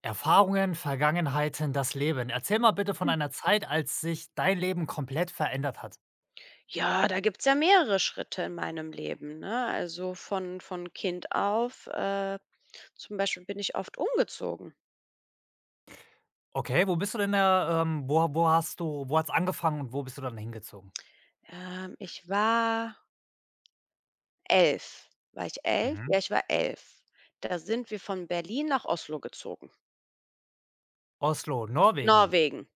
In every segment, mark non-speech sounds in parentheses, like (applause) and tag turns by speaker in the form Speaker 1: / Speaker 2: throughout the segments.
Speaker 1: Erfahrungen, Vergangenheiten, das Leben. Erzähl mal bitte von einer Zeit, als sich dein Leben komplett verändert hat.
Speaker 2: Ja, da gibt's ja mehrere Schritte in meinem Leben, ne? Also, von Kind auf, zum Beispiel bin ich oft umgezogen.
Speaker 1: Okay, wo bist du denn da, wo hast du wo hat's angefangen und wo bist du dann hingezogen?
Speaker 2: Ich war 11. War ich 11?
Speaker 1: Mhm.
Speaker 2: Ja, ich war 11. Da sind wir von Berlin nach Oslo gezogen,
Speaker 1: Oslo, Norwegen.
Speaker 2: Norwegen.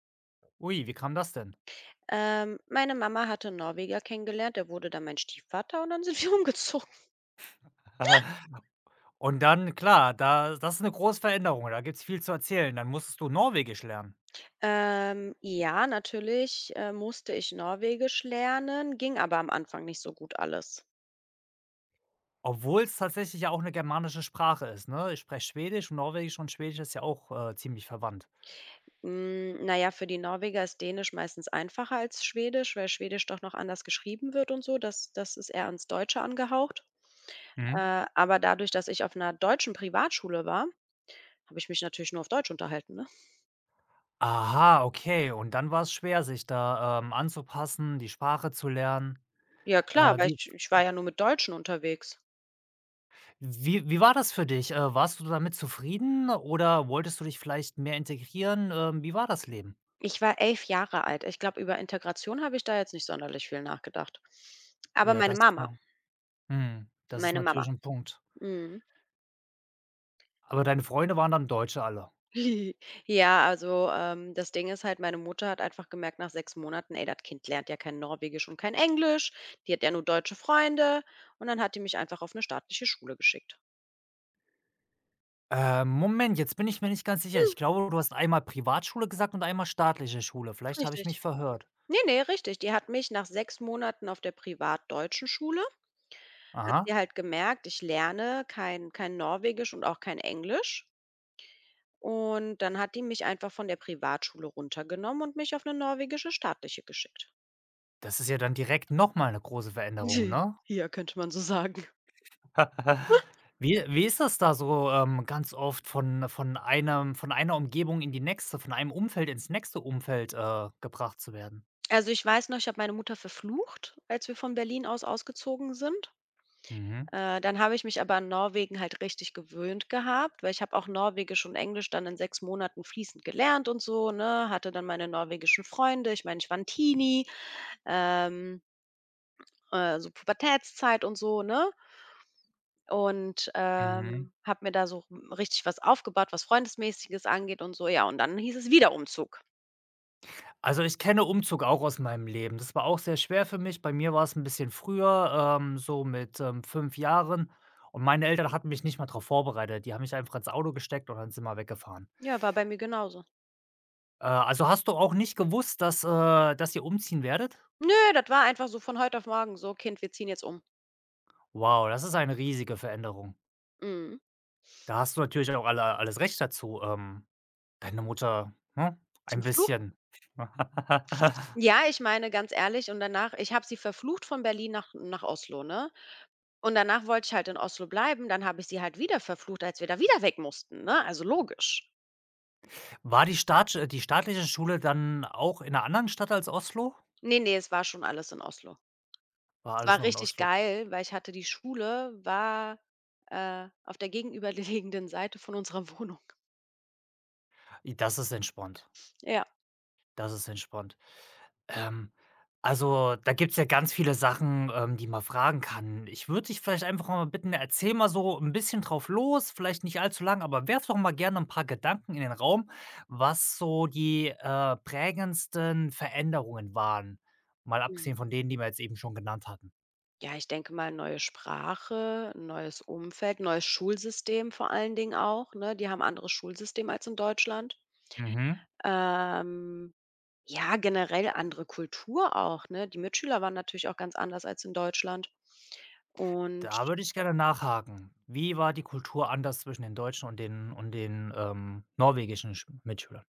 Speaker 1: Ui, wie kam das denn?
Speaker 2: Meine Mama hatte 'n Norweger kennengelernt, der wurde dann mein Stiefvater und dann sind (laughs) wir umgezogen.
Speaker 1: (laughs) Und dann klar, da das ist eine große Veränderung, da gibt's viel zu erzählen. Dann musstest du Norwegisch lernen,
Speaker 2: Ja, natürlich, musste ich Norwegisch lernen, ging aber am Anfang nicht so gut alles.
Speaker 1: obwohl es tatsächlich ja auch eine germanische Sprache ist, ne? Ich spreche Schwedisch und Norwegisch und Schwedisch ist ja auch, ziemlich verwandt.
Speaker 2: Hm, na ja, für die Norweger ist Dänisch meistens einfacher als Schwedisch, weil Schwedisch doch noch anders geschrieben wird und so. Das ist eher ans Deutsche angehaucht.
Speaker 1: Mhm.
Speaker 2: Aber dadurch, dass ich auf einer deutschen Privatschule war, habe ich mich natürlich nur auf Deutsch unterhalten, ne?
Speaker 1: Aha, okay. Und dann war es schwer, sich da, anzupassen, die Sprache zu lernen.
Speaker 2: Ja
Speaker 1: Äh,
Speaker 2: klar, weil
Speaker 1: wie
Speaker 2: ich war ja nur mit Deutschen unterwegs.
Speaker 1: wie war das für dich? Warst du damit zufrieden oder wolltest du dich vielleicht mehr integrieren? Wie war das Leben?
Speaker 2: Ich war 11 Jahre alt. Ich glaube, über Integration habe ich da jetzt nicht sonderlich viel nachgedacht. Aber
Speaker 1: Ja,
Speaker 2: meine
Speaker 1: das ist
Speaker 2: Mama
Speaker 1: ja mhm, das ist
Speaker 2: meine Mama.
Speaker 1: natürlich ein Punkt.
Speaker 2: Mhm.
Speaker 1: Aber deine Freunde waren dann Deutsche alle?
Speaker 2: (laughs) Ja, also, das Ding ist halt, meine Mutter hat einfach gemerkt nach 6 Monaten: „Ey, das Kind lernt ja kein Norwegisch und kein Englisch, die hat ja nur deutsche Freunde.“ Und dann hat die mich einfach auf eine staatliche Schule geschickt.
Speaker 1: Moment, jetzt bin ich mir nicht ganz sicher.
Speaker 2: Hm.
Speaker 1: Ich glaube, du hast einmal Privatschule gesagt und einmal staatliche Schule. Vielleicht habe ich
Speaker 2: Richtig.
Speaker 1: mich verhört.
Speaker 2: Nee, nee, richtig. Die hat mich nach 6 Monaten auf der privatdeutschen Schule hat sie
Speaker 1: Aha,
Speaker 2: halt gemerkt, ich lerne kein Norwegisch und auch kein Englisch. Und dann hat die mich einfach von der Privatschule runtergenommen und mich auf eine norwegische staatliche geschickt.
Speaker 1: das ist ja dann direkt noch mal 'ne große Veränderung,
Speaker 2: (laughs)
Speaker 1: ne?
Speaker 2: Ja, könnte man so sagen.
Speaker 1: (laughs) Wie ist das da so, ganz oft von einem von einer Umgebung in die nächste, von einem Umfeld ins nächste Umfeld, gebracht zu werden?
Speaker 2: Also, ich weiß noch, ich habe meine Mutter verflucht, als wir von Berlin ausgezogen sind.
Speaker 1: Mhm.
Speaker 2: Dann habe ich mich aber an Norwegen halt richtig gewöhnt gehabt, weil ich habe auch Norwegisch und Englisch dann in 6 Monaten fließend gelernt und so, ne? Hatte dann meine norwegischen Freunde. Ich meine, ich war 'n Teenie, ähm, so Pubertätszeit und so, ne? Und
Speaker 1: Mhm.
Speaker 2: habe mir da so richtig was aufgebaut, was Freundesmäßiges angeht und so. Ja, und dann hieß es wieder Umzug.
Speaker 1: Also, ich kenne Umzug auch aus meinem Leben. Das war auch sehr schwer für mich. Bei mir war es ein bisschen früher, so mit, 5 Jahren. Und meine Eltern hatten mich nicht mal darauf vorbereitet. Die haben mich einfach ins Auto gesteckt und dann sind wir weggefahren.
Speaker 2: Ja, war bei mir genauso.
Speaker 1: Also, hast du auch nicht gewusst, dass, dass ihr umziehen werdet?
Speaker 2: Nö, das war einfach so von heute auf morgen so: „Kind, wir ziehen jetzt um.“
Speaker 1: Wow, das ist eine riesige Veränderung.
Speaker 2: Mhm.
Speaker 1: Da hast du natürlich auch alles Recht dazu, deine Mutter, ne,
Speaker 2: Zum
Speaker 1: ein
Speaker 2: Fluch?
Speaker 1: bisschen. (laughs)
Speaker 2: Ja, ich meine, ganz ehrlich und danach ich habe sie verflucht von Berlin nach Oslo, ne? Und danach wollte ich halt in Oslo bleiben, dann habe ich sie halt wieder verflucht, als wir da wieder weg mussten, ne? Also logisch.
Speaker 1: War die staatsch die staatliche Schule dann auch in einer anderen Stadt als Oslo?
Speaker 2: Ne, ne, es war schon alles in Oslo.
Speaker 1: War
Speaker 2: Es
Speaker 1: alles
Speaker 2: war
Speaker 1: noch in
Speaker 2: richtig
Speaker 1: Oslo?
Speaker 2: geil, weil ich hatte die Schule war, auf der gegenüberliegenden Seite von unserer (laughs) Wohnung.
Speaker 1: I das ist entspannt.
Speaker 2: Ja.
Speaker 1: Das ist entspannt. Ähm, also, da gibt's ja ganz viele Sachen, die man fragen kann. Ich würde dich vielleicht einfach mal bitten, erzähl mal so ein bisschen drauf los, vielleicht nicht allzu lang, aber werf doch mal gerne ein paar Gedanken in den Raum, was so die, prägendsten Veränderungen waren, mal
Speaker 2: Mhm.
Speaker 1: abgesehen von denen, die wir jetzt eben schon genannt hatten.
Speaker 2: Ja, ich denke mal, neue Sprache, 'n neues Umfeld, neues Schulsystem vor allen Dingen auch, ne? Die haben anderes Schulsystem als in Deutschland.
Speaker 1: Mhm.
Speaker 2: Ähm Ja, generell andere Kultur auch, ne? Die Mitschüler waren natürlich auch ganz anders als in Deutschland. Und
Speaker 1: Da würde ich gerne nachhaken. Wie war die Kultur anders zwischen den Deutschen und den, norwegischen Sch Mitschülern?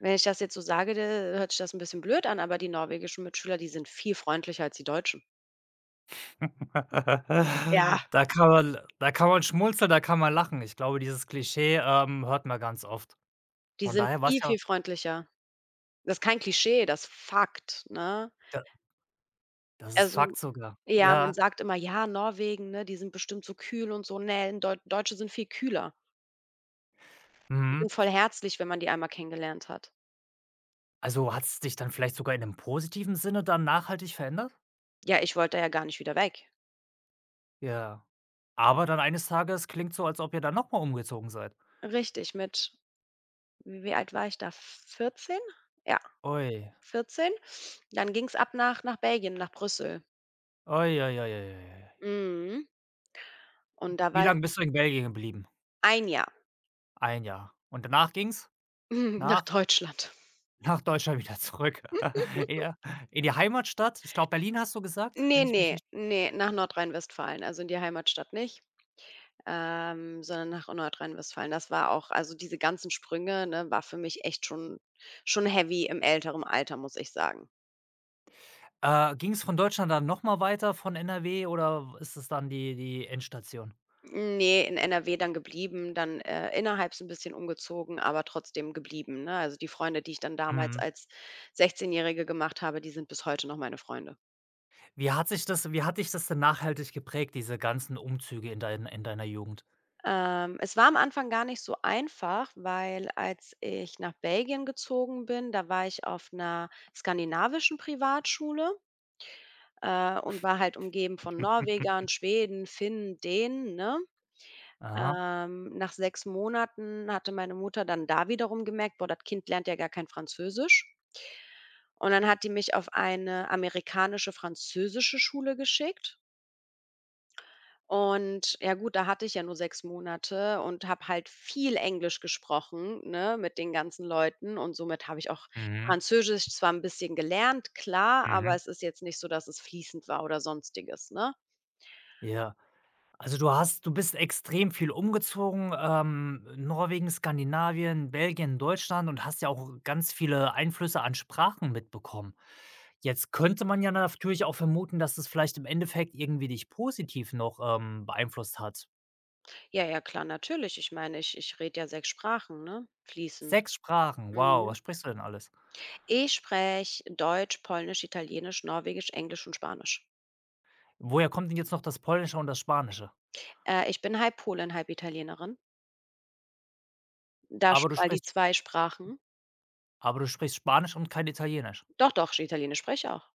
Speaker 2: wenn ich das jetzt so sage, da hört sich das ein bisschen blöd an, aber die norwegischen Mitschüler, die sind viel freundlicher als die Deutschen. Ja.
Speaker 1: (laughs) Da kann man schmunzeln, da kann man lachen. Ich glaube, dieses Klischee, hört man ganz oft.
Speaker 2: Die
Speaker 1: Von
Speaker 2: sind
Speaker 1: daher war es
Speaker 2: viel,
Speaker 1: ja
Speaker 2: viel freundlicher. Das ist kein Klischee, das ist Fakt, ne?
Speaker 1: da das ist
Speaker 2: Also,
Speaker 1: Fakt sogar.
Speaker 2: ja, man
Speaker 1: Ja,
Speaker 2: sagt immer: „Ja, Norwegen, ne, die sind bestimmt so kühl und so.“ Ne, in Deutsche sind viel kühler. Die
Speaker 1: mhm.
Speaker 2: sind voll herzlich, wenn man die einmal kennengelernt hat.
Speaker 1: Also, hat es dich dann vielleicht sogar in einem positiven Sinne dann nachhaltig verändert?
Speaker 2: Ja, ich wollte ja gar nicht wieder weg.
Speaker 1: Ja. Aber dann eines Tages klingt so, als ob ihr dann noch mal umgezogen seid.
Speaker 2: Richtig, mit. Wie alt war ich da? 14? Ja,
Speaker 1: Ui.
Speaker 2: 14. Dann ging's ab nach Belgien, nach Brüssel.
Speaker 1: Ui, ui, ui, ui, ui.
Speaker 2: Mhm. Und da
Speaker 1: Wie
Speaker 2: war ich
Speaker 1: lange bist du in Belgien geblieben?
Speaker 2: 1 Jahr
Speaker 1: Ein Jahr. Und danach ging's
Speaker 2: (laughs) nach
Speaker 1: nach.
Speaker 2: Deutschland.
Speaker 1: Nach Deutschland wieder zurück. (laughs) Ja, in die Heimatstadt. Ich glaube, Berlin hast du gesagt,
Speaker 2: Ne,
Speaker 1: wenn ich mich
Speaker 2: ne,
Speaker 1: nicht.
Speaker 2: ne, nach Nordrhein-Westfalen, also in die Heimatstadt nicht, sondern nach Nordrhein-Westfalen. Das war auch also diese ganzen Sprünge, ne, war für mich echt schon heavy im älteren Alter, muss ich sagen.
Speaker 1: Ging es von Deutschland dann noch mal weiter von NRW oder ist es dann die Endstation?
Speaker 2: Nee, in NRW dann geblieben, dann innerhalb so 'n bisschen umgezogen, aber trotzdem geblieben, ne? Also, die Freunde, die ich dann damals
Speaker 1: Mhm.
Speaker 2: als 16-Jährige gemacht habe, die sind bis heute noch meine Freunde.
Speaker 1: Wie hat dich das denn nachhaltig geprägt, diese ganzen Umzüge in deiner Jugend?
Speaker 2: Es war am Anfang gar nicht so einfach, weil als ich nach Belgien gezogen bin, da war ich auf einer skandinavischen Privatschule und war halt umgeben von
Speaker 1: (laughs)
Speaker 2: Norwegern, Schweden, Finnen, Dänen, ne?
Speaker 1: Aha.
Speaker 2: Nach 6 Monaten hatte meine Mutter dann da wiederum gemerkt: „Boah, das Kind lernt ja gar kein Französisch.“ Und dann hat die mich auf eine amerikanische-französische Schule geschickt. Und ja gut, da hatte ich ja nur 6 Monate und habe halt viel Englisch gesprochen, ne, mit den ganzen Leuten und somit habe ich auch
Speaker 1: Mhm,
Speaker 2: Französisch zwar ein bisschen gelernt, klar, aber
Speaker 1: mhm.
Speaker 2: es ist jetzt nicht so, dass es fließend war oder Sonstiges, ne?
Speaker 1: Ja. Also, du bist extrem viel umgezogen, Norwegen, Skandinavien, Belgien, Deutschland und hast ja auch ganz viele Einflüsse an Sprachen mitbekommen. Jetzt könnte man ja natürlich auch vermuten, dass es vielleicht im Endeffekt irgendwie dich positiv noch, beeinflusst hat.
Speaker 2: Ja, ja, klar, natürlich. Ich meine, ich rede ja 6 Sprachen, ne, fließend.
Speaker 1: Sechs Sprachen, wow,
Speaker 2: Mhm.
Speaker 1: was sprichst du denn alles?
Speaker 2: Ich spreche Deutsch, Polnisch, Italienisch, Norwegisch, Englisch und Spanisch.
Speaker 1: Woher kommt denn jetzt noch das Polnische und das Spanische?
Speaker 2: Ich bin halb Polin, halb Italienerin. Da
Speaker 1: Aber
Speaker 2: schon
Speaker 1: du
Speaker 2: mal die
Speaker 1: sprichst
Speaker 2: 2 Sprachen.
Speaker 1: aber du sprichst Spanisch und kein Italienisch.
Speaker 2: Doch, doch, sch Italienisch spreche ich auch.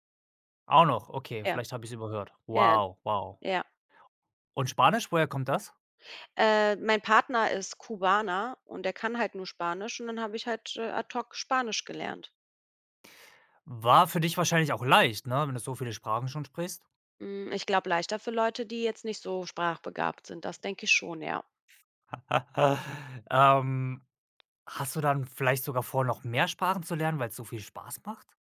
Speaker 1: Auch noch, okay,
Speaker 2: Ja,
Speaker 1: vielleicht habe ich es überhört.
Speaker 2: ja,
Speaker 1: Wow, wow.
Speaker 2: ja.
Speaker 1: Und Spanisch, woher kommt das?
Speaker 2: Mein Partner ist Kubaner und der kann halt nur Spanisch und dann habe ich halt ad hoc Spanisch gelernt.
Speaker 1: War für dich wahrscheinlich auch leicht, ne, wenn du so viele Sprachen schon sprichst?
Speaker 2: Hm, ich glaube, leichter für Leute, die jetzt nicht so sprachbegabt sind. Das denke ich schon, ja.
Speaker 1: (laughs) Ähm, Hast du dann vielleicht sogar vor, noch mehr Sprachen zu lernen, weil es so viel Spaß macht?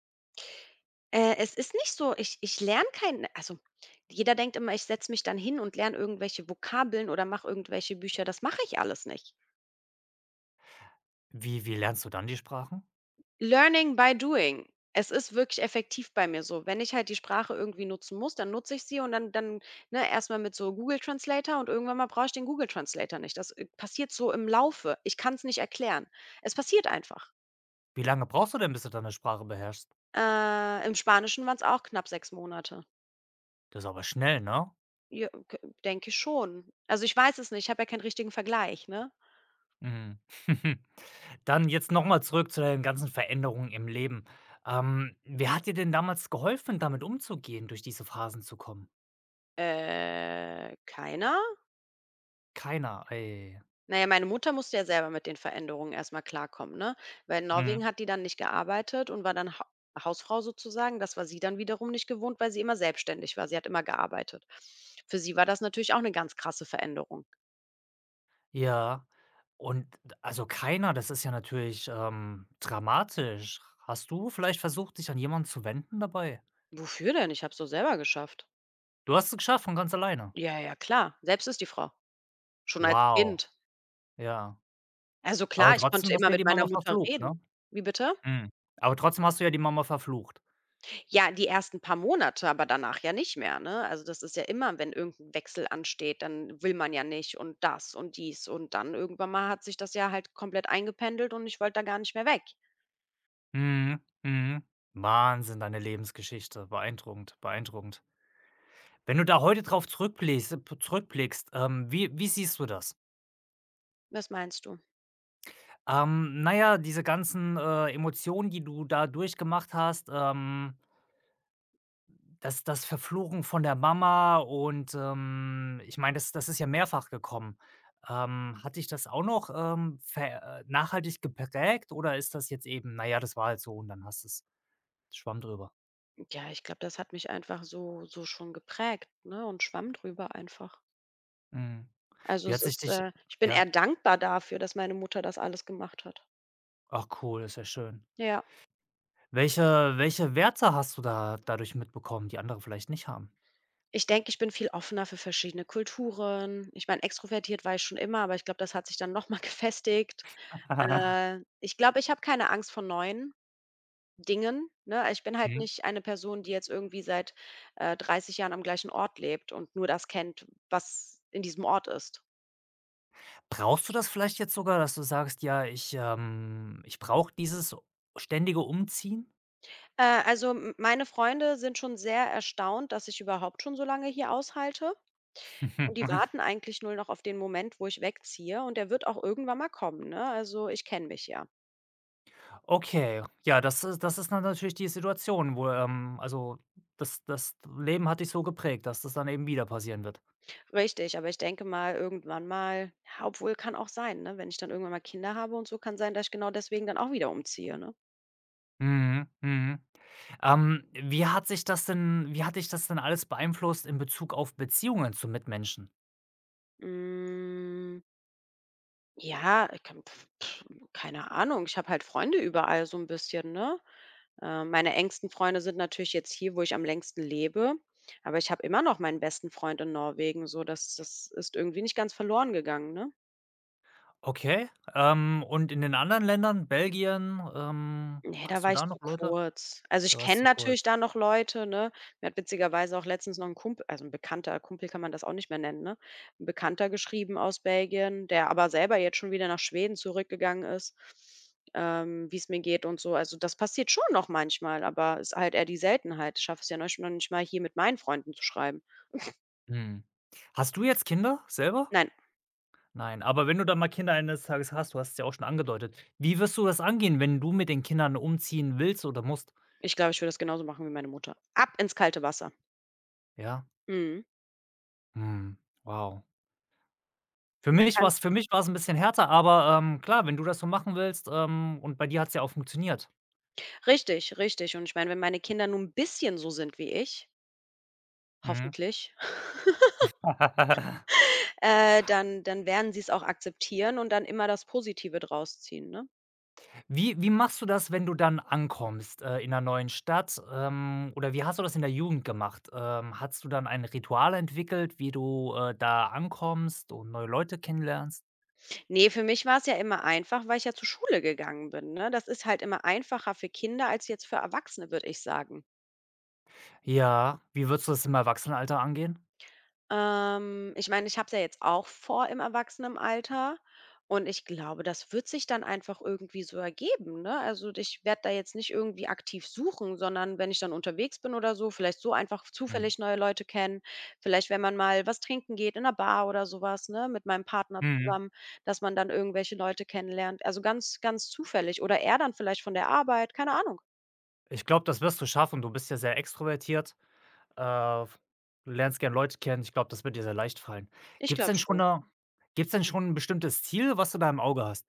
Speaker 2: Es ist nicht so, ich ich lerne kein also, jeder denkt immer, ich setze mich dann hin und lerne irgendwelche Vokabeln oder mache irgendwelche Bücher. Das mache ich alles nicht.
Speaker 1: Wie lernst du dann die Sprachen?
Speaker 2: Learning by doing. Es ist wirklich effektiv bei mir so. Wenn ich halt die Sprache irgendwie nutzen muss, dann nutze ich sie und dann, ne, erst mit so Google Translator und irgendwann mal brauche ich den Google Translator nicht. Das passiert so im Laufe. Ich kann es nicht erklären. Es passiert einfach.
Speaker 1: Wie lange brauchst du denn, bis du deine Sprache beherrschst?
Speaker 2: Im Spanischen waren es auch knapp 6 Monate.
Speaker 1: Das ist aber schnell, ne?
Speaker 2: Ja, g denke ich schon. Also, ich weiß es nicht, ich habe ja keinen richtigen Vergleich, ne?
Speaker 1: Mhm. (laughs) Dann jetzt nochmal zurück zu den ganzen Veränderungen im Leben. Wer hat dir denn damals geholfen, damit umzugehen, durch diese Phasen zu kommen?
Speaker 2: Keiner?
Speaker 1: Keiner, ey.
Speaker 2: Na ja, meine Mutter musste ja selber mit den Veränderungen erst mal klarkommen, ne? Weil in Norwegen
Speaker 1: Mhm.
Speaker 2: hat die dann nicht gearbeitet und war dann Ha Hausfrau sozusagen. Das war sie dann wiederum nicht gewohnt, weil sie immer selbstständig war. Sie hat immer gearbeitet. Für sie war das natürlich auch eine ganz krasse Veränderung.
Speaker 1: Ja, und d also keiner, das ist ja natürlich, dramatisch. Hast du vielleicht versucht, dich an jemanden zu wenden dabei?
Speaker 2: „Wofür denn? Ich habe es doch selber geschafft.“
Speaker 1: Du hast es geschafft von ganz alleine?
Speaker 2: „Ja, ja, klar. Selbst ist die Frau.“ Schon als
Speaker 1: Wow,
Speaker 2: Kind.
Speaker 1: ja.
Speaker 2: Also, klar,
Speaker 1: Aber
Speaker 2: ich konnte
Speaker 1: trotzdem hast
Speaker 2: immer
Speaker 1: du ja
Speaker 2: mit
Speaker 1: die
Speaker 2: meiner
Speaker 1: Mama
Speaker 2: Mutter
Speaker 1: verflucht, ne?
Speaker 2: reden. Wie bitte?
Speaker 1: Mhm. Aber trotzdem hast du ja die Mama verflucht.
Speaker 2: Ja, die ersten paar Monate, aber danach ja nicht mehr, ne? Also, das ist ja immer, wenn irgendein Wechsel ansteht, dann will man ja nicht und das und dies und dann irgendwann mal hat sich das ja halt komplett eingependelt und ich wollte da gar nicht mehr weg.
Speaker 1: Mhm, mhm. Wahnsinn, deine Lebensgeschichte. Beeindruckend, beeindruckend. Wenn du da heute drauf zurückblickst zurückblickst, wie siehst du das?
Speaker 2: Was meinst du?
Speaker 1: Na ja, diese ganzen, Emotionen, die du da durchgemacht hast, ähm. Das Verfluchen von der Mama und, ich meine, das ist ja mehrfach gekommen. Hat dich das auch noch, ver nachhaltig geprägt oder ist das jetzt eben: „Na ja, das war halt so und dann hast du es Schwamm drüber.“
Speaker 2: Ja, ich glaube, das hat mich einfach so so schon geprägt, ne, und schwamm drüber einfach.
Speaker 1: Mhm.
Speaker 2: Also,
Speaker 1: Wie hat sich dich
Speaker 2: ich bin eher
Speaker 1: ja?
Speaker 2: dankbar dafür, dass meine Mutter das alles gemacht hat.
Speaker 1: Ach cool, ist ja schön.
Speaker 2: Ja.
Speaker 1: Welche Werte hast du da dadurch mitbekommen, die andere vielleicht nicht haben?
Speaker 2: Ich denke, ich bin viel offener für verschiedene Kulturen. Ich meine, extrovertiert war ich schon immer, aber ich glaube, das hat sich dann noch mal (laughs) gefestigt. Äh,
Speaker 1: (laughs)
Speaker 2: ich glaube, ich habe keine Angst vor neuen Dingen, ne? Ich bin halt
Speaker 1: Mhm.
Speaker 2: nicht eine Person, die jetzt irgendwie seit 30 Jahren am gleichen Ort lebt und nur das kennt, was in diesem Ort ist.
Speaker 1: Brauchst du das vielleicht jetzt sogar, dass du sagst: „Ja, ich, ich brauche dieses ständige Umziehen?“
Speaker 2: Also, m meine Freunde sind schon sehr erstaunt, dass ich überhaupt schon so lange hier aushalte und die
Speaker 1: (laughs)
Speaker 2: warten eigentlich nur noch auf den Moment, wo ich wegziehe und der wird auch irgendwann mal kommen, ne? Also, ich kenne mich ja.
Speaker 1: Okay, ja, das ist dann natürlich die Situation, wo, also, das das Leben hat dich so geprägt, dass das dann eben wieder passieren wird.
Speaker 2: Richtig, aber ich denke mal, irgendwann mal ja, obwohl kann auch sein, ne, wenn ich dann irgendwann mal Kinder habe und so, kann sein, dass ich genau deswegen dann auch wieder umziehe, ne?
Speaker 1: Mhm, mhm. Wie hat dich das denn alles beeinflusst in Bezug auf Beziehungen zu Mitmenschen?
Speaker 2: Hm, ja, ich kann keine Ahnung. Ich habe halt Freunde überall so ein bisschen, ne? Meine engsten Freunde sind natürlich jetzt hier, wo ich am längsten lebe, aber ich habe immer noch meinen besten Freund in Norwegen, so dass das ist irgendwie nicht ganz verloren gegangen, ne?
Speaker 1: Okay, und in den anderen Ländern, Belgien,
Speaker 2: Ne, da
Speaker 1: hast du
Speaker 2: war ich
Speaker 1: da
Speaker 2: zu
Speaker 1: noch Leute?
Speaker 2: kurz. Also, ich
Speaker 1: Da warst
Speaker 2: kenne
Speaker 1: du kurz.
Speaker 2: natürlich da noch Leute, ne? Mir hat witzigerweise auch letztens noch 'n Kumpel, also 'n Bekannter, Kumpel kann man das auch nicht mehr nennen, ne? 'N Bekannter geschrieben aus Belgien, der aber selber jetzt schon wieder nach Schweden zurückgegangen ist wie's mir geht und so. Also, das passiert schon noch manchmal, aber ist halt eher die Seltenheit. Ich schaffe es ja noch nicht mal, hier mit meinen Freunden zu schreiben.
Speaker 1: Mhm. Hast du jetzt Kinder selber?
Speaker 2: Nein,
Speaker 1: Nein, aber wenn du dann mal Kinder eines Tages hast, du hast es ja auch schon angedeutet, wie wirst du das angehen, wenn du mit den Kindern umziehen willst oder musst?
Speaker 2: ich glaube, ich würde das genauso machen wie meine Mutter. Ab ins kalte Wasser.
Speaker 1: Ja?
Speaker 2: Mhm.
Speaker 1: Mhm. Wow. Für
Speaker 2: Da
Speaker 1: mich
Speaker 2: kann
Speaker 1: war's für mich war's 'n bisschen härter, aber, klar, wenn du das so machen willst, und bei dir hat's ja auch funktioniert.
Speaker 2: richtig, richtig. Und ich meine, wenn meine Kinder nur 'n bisschen so sind wie ich,
Speaker 1: Mhm.
Speaker 2: hoffentlich.
Speaker 1: (laughs)
Speaker 2: Dann werden sie es auch akzeptieren und dann immer das Positive draus ziehen, ne?
Speaker 1: Wie machst du das, wenn du dann ankommst, in 'ner neuen Stadt, oder wie hast du das in der Jugend gemacht? Hattest du dann ein Ritual entwickelt, wie du, da ankommst und neue Leute kennenlernst?
Speaker 2: Ne, für mich war es ja immer einfach, weil ich ja zur Schule gegangen bin, ne? Das ist halt immer einfacher für Kinder als jetzt für Erwachsene, würde ich sagen.
Speaker 1: Ja, wie würdest du das im Erwachsenenalter angehen?
Speaker 2: Ich meine, ich habe es ja jetzt auch vor im Erwachsenenalter und ich glaube, das wird sich dann einfach irgendwie so ergeben, ne? Also, ich werde da jetzt nicht irgendwie aktiv suchen, sondern wenn ich dann unterwegs bin oder so, vielleicht so einfach
Speaker 1: Mhm.
Speaker 2: zufällig neue Leute kennen, vielleicht wenn man mal was trinken geht in einer Bar oder sowas, ne, mit meinem Partner
Speaker 1: Mhm.
Speaker 2: zusammen, dass man dann irgendwelche Leute kennenlernt. Also, ganz, ganz zufällig oder er dann vielleicht von der Arbeit, keine Ahnung.
Speaker 1: Ich glaube, das wirst du schaffen. Du bist ja sehr extrovertiert. Äh, Du lernst gern Leute kennen. Ich glaube, das wird dir sehr leicht fallen.
Speaker 2: Ich
Speaker 1: Gibt's
Speaker 2: glaube
Speaker 1: denn schon
Speaker 2: schon.
Speaker 1: da? Gibt's denn schon 'n bestimmtes Ziel, was du da im Auge hast?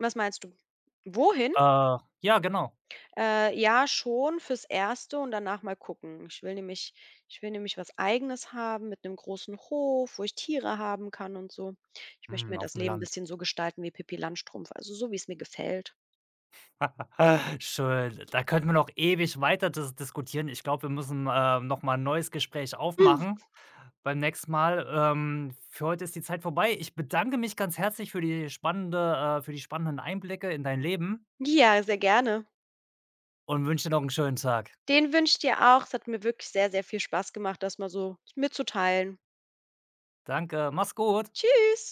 Speaker 2: Was meinst du? Wohin?
Speaker 1: Ja, genau.
Speaker 2: Ja, schon fürs Erste und danach mal gucken. Ich will nämlich was Eigenes haben mit einem großen Hof, wo ich Tiere haben kann und so. Ich möchte mir
Speaker 1: Hm,
Speaker 2: das
Speaker 1: aufm
Speaker 2: Leben ein
Speaker 1: Land.
Speaker 2: bisschen so gestalten wie Pippi Langstrumpf, also so, wie es mir gefällt.
Speaker 1: (laughs) Schön. Da könnten wir noch ewig weiter diskutieren. Ich glaube, wir müssen, noch mal ein neues Gespräch
Speaker 2: Hm,
Speaker 1: aufmachen beim nächsten Mal. Für heute ist die Zeit vorbei. Ich bedanke mich ganz herzlich für die spannenden Einblicke in dein Leben
Speaker 2: ja, sehr gerne.
Speaker 1: und wünsche dir noch einen schönen Tag.
Speaker 2: Den wünsche ich dir auch. Es hat mir wirklich sehr, sehr viel Spaß gemacht, das mal so mitzuteilen.
Speaker 1: Danke, mach's gut.
Speaker 2: Tschüss.